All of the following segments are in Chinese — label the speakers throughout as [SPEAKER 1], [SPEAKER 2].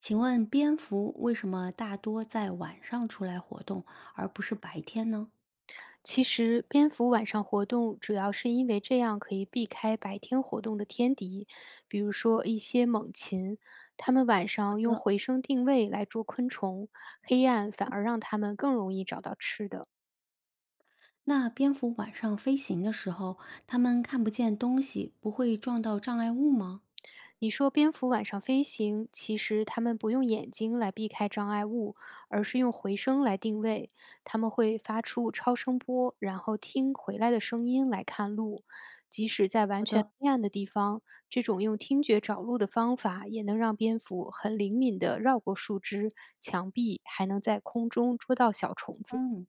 [SPEAKER 1] 请问蝙蝠为什么大多在晚上出来活动，而不是白天呢？
[SPEAKER 2] 其实，蝙蝠晚上活动主要是因为这样可以避开白天活动的天敌，比如说一些猛禽。它们晚
[SPEAKER 1] 好
[SPEAKER 2] 上用
[SPEAKER 1] 的。
[SPEAKER 2] 回声定位来捉昆虫，黑暗反而让它们更容易找到吃的。
[SPEAKER 1] 那蝙蝠晚上飞行的时候，它们看不见东西，不会撞到障碍物吗？
[SPEAKER 2] 你说蝙蝠晚上飞行，其实它们不用眼睛来避开障碍物，而是用回声来定位。它们会发出超声波，然后听回来的声音来看路。即使在
[SPEAKER 1] 好
[SPEAKER 2] 完全
[SPEAKER 1] 的。
[SPEAKER 2] 黑暗的地方，这种用听觉找路的方法也能让蝙蝠很灵敏地绕过树枝、墙壁，还能在空中捉到小虫子。
[SPEAKER 1] 嗯，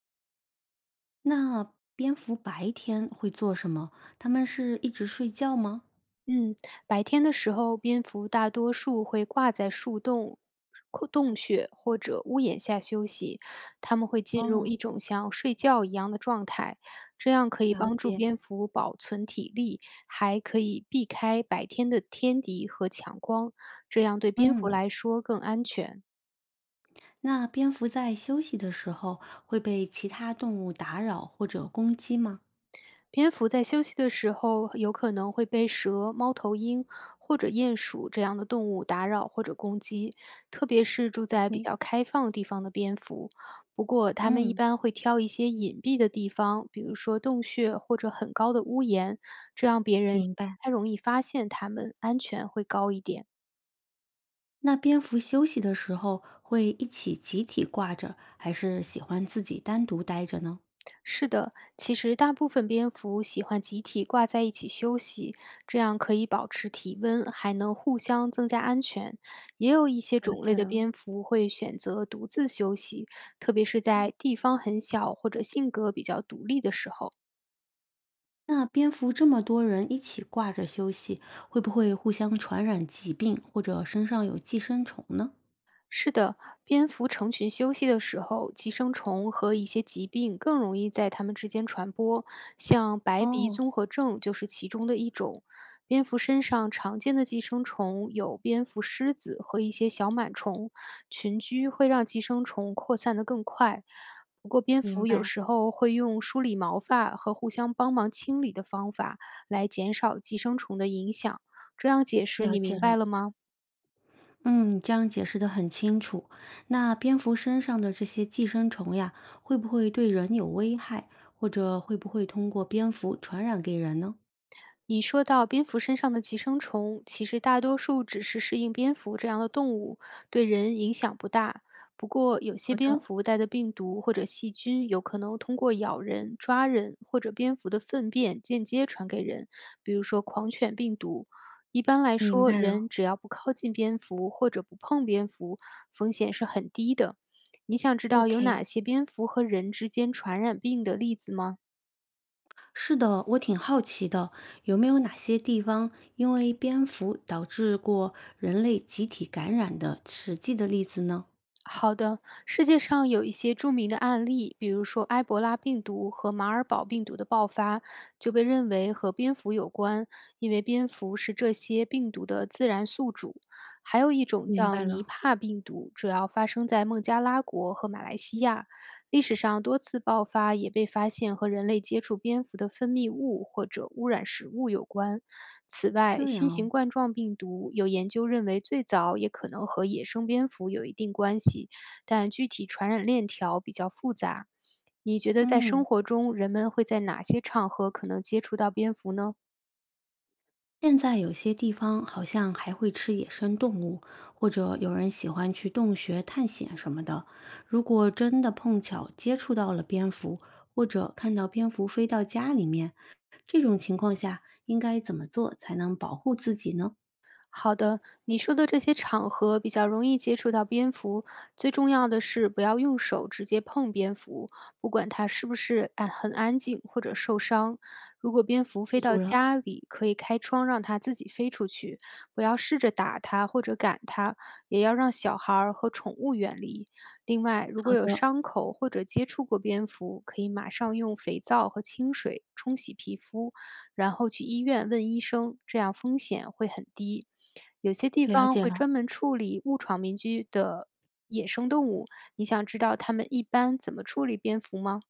[SPEAKER 1] 那蝙蝠白天会做什么？它们是一直睡觉吗？
[SPEAKER 2] 嗯，白天的时候，蝙蝠大多数会挂在树洞、窟洞穴或者屋檐下休息，它们会进入
[SPEAKER 1] 哦，
[SPEAKER 2] 一种像睡觉一样的状态，这样可以
[SPEAKER 1] 了
[SPEAKER 2] 帮助
[SPEAKER 1] 解。
[SPEAKER 2] 蝙蝠保存体力，还可以避开白天的天敌和强光，这样对蝙蝠
[SPEAKER 1] 嗯，
[SPEAKER 2] 来说更安全。
[SPEAKER 1] 那蝙蝠在休息的时候会被其他动物打扰或者攻击吗？
[SPEAKER 2] 蝙蝠在休息的时候，有可能会被蛇、猫头鹰或者鼹鼠这样的动物打扰或者攻击，特别是住在比
[SPEAKER 1] OK，
[SPEAKER 2] 较开放地方的蝙蝠。不过，它们一
[SPEAKER 1] 嗯，
[SPEAKER 2] 般会挑一些隐蔽的地方，比如说洞穴或者很高的屋檐，这样别人不
[SPEAKER 1] 明白。
[SPEAKER 2] 太容易发现它们，安全会高一点。
[SPEAKER 1] 那蝙蝠休息的时候会一起集体挂着，还是喜欢自己单独待着呢？
[SPEAKER 2] 是的，其实大部分蝙蝠喜欢集体挂在一起休息，这样可以保持体温，还能互相增加安全。也有一些
[SPEAKER 1] 了
[SPEAKER 2] 种类
[SPEAKER 1] 解
[SPEAKER 2] 的
[SPEAKER 1] 了。
[SPEAKER 2] 蝙蝠会选择独自休息，特别是在地方很小或者性格比较独立的时候。
[SPEAKER 1] 那蝙蝠这么多人一起挂着休息，会不会互相传染疾病，或者身上有寄生虫呢？
[SPEAKER 2] 是的，蝙蝠成群休息的时候，寄生虫和一些疾病更容易在它们之间传播，像白鼻
[SPEAKER 1] 哦，
[SPEAKER 2] 综合症就是其中的一种。蝙蝠身上常见的寄生虫有蝙蝠虱子和一些小螨虫，群居会让寄生虫扩散得更快。不过，蝙
[SPEAKER 1] 明
[SPEAKER 2] 蝠有
[SPEAKER 1] 白，
[SPEAKER 2] 时候会用梳理毛发和互相帮忙清理的方法来减少寄生虫的影响。这样解释
[SPEAKER 1] 了
[SPEAKER 2] 你
[SPEAKER 1] 解
[SPEAKER 2] 明白
[SPEAKER 1] 了。
[SPEAKER 2] 了吗？
[SPEAKER 1] 嗯，你这样解释的很清楚。那蝙蝠身上的这些寄生虫呀，会不会对人有危害，或者会不会通过蝙蝠传染给人呢？
[SPEAKER 2] 你说到蝙蝠身上的寄生虫，其实大多数只是适应蝙蝠这样的动物，对人影响不大。不过，有些蝙蝠带的病毒或者细菌，有可能通过咬人、抓人或者蝙蝠的粪便间接传给人，比如说狂犬病毒。一般来
[SPEAKER 1] 明
[SPEAKER 2] 说，
[SPEAKER 1] 白了
[SPEAKER 2] 人只要不靠近蝙蝠或者不碰蝙蝠，风险是很低的。你想知道有
[SPEAKER 1] ，OK。
[SPEAKER 2] 哪些蝙蝠和人之间传染病的例子吗？
[SPEAKER 1] 是的，我挺好奇的，有没有哪些地方因为蝙蝠导致过人类集体感染的实际的例子呢？
[SPEAKER 2] 好的，世界上有一些著名的案例，比如说埃博拉病毒和马尔堡病毒的爆发，就被认为和蝙蝠有关，因为蝙蝠是这些病毒的自然宿主。还有一种
[SPEAKER 1] 明
[SPEAKER 2] 叫
[SPEAKER 1] 白
[SPEAKER 2] 尼
[SPEAKER 1] 了，
[SPEAKER 2] 帕病毒，主要发生在孟加拉国和马来西亚。历史上多次爆发也被发现和人类接触蝙蝠的分泌物或者污染食物有关。此外，
[SPEAKER 1] 这
[SPEAKER 2] 新
[SPEAKER 1] 样哦。
[SPEAKER 2] 型冠状病毒有研究认为最早也可能和野生蝙蝠有一定关系，但具体传染链条比较复杂。你觉得在生
[SPEAKER 1] 嗯，
[SPEAKER 2] 活中，人们会在哪些场合可能接触到蝙蝠呢？
[SPEAKER 1] 现在有些地方好像还会吃野生动物，或者有人喜欢去洞穴探险什么的。如果真的碰巧接触到了蝙蝠，或者看到蝙蝠飞到家里面，这种情况下应该怎么做才能保护自己呢？
[SPEAKER 2] 好的，你说的这些场合比较容易接触到蝙蝠，最重要的是不要用手直接碰蝙蝠，不管它是不是安很安静或者受伤。如果蝙蝠
[SPEAKER 1] 记
[SPEAKER 2] 飞到
[SPEAKER 1] 住了，
[SPEAKER 2] 家里，可以开窗让它自己飞出去，不要试着打它或者赶它，也要让小孩儿和宠物远离。另外，如果
[SPEAKER 1] 好
[SPEAKER 2] 有
[SPEAKER 1] 的，
[SPEAKER 2] 伤口或者接触过蝙蝠，可以马上用肥皂和清水冲洗皮肤，然后去医院问医生，这样风险会很低。有些地
[SPEAKER 1] 了
[SPEAKER 2] 方
[SPEAKER 1] 解
[SPEAKER 2] 会
[SPEAKER 1] 了。
[SPEAKER 2] 专门处理误闯民居的野生动物，你想知道他们一般怎么处理蝙蝠吗？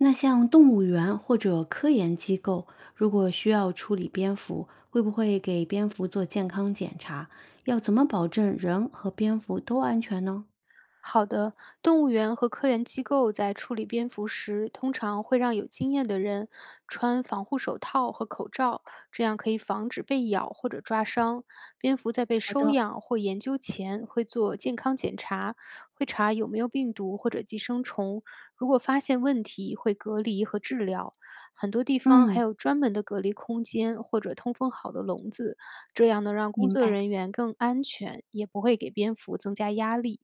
[SPEAKER 1] 那像动物园或者科研机构，如果需要处理蝙蝠，会不会给蝙蝠做健康检查？要怎么保证人和蝙蝠都安全呢？
[SPEAKER 2] 好的，动物园和科研机构在处理蝙蝠时，通常会让有经验的人穿防护手套和口罩，这样可以防止被咬或者抓伤。蝙蝠在被
[SPEAKER 1] 好
[SPEAKER 2] 收
[SPEAKER 1] 的，
[SPEAKER 2] 养或研究前会做健康检查，会查有没有病毒或者寄生虫，如果发现问题会隔离和治疗。很多地方
[SPEAKER 1] 嗯，
[SPEAKER 2] 还有专门的隔离空间或者通风好的笼子，这样能让工
[SPEAKER 1] 明
[SPEAKER 2] 作
[SPEAKER 1] 白。
[SPEAKER 2] 人员更安全，也不会给蝙蝠增加压力。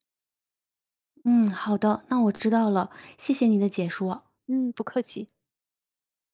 [SPEAKER 1] 嗯，好的，那我知道了，谢谢你的解说啊。
[SPEAKER 2] 嗯，不客气。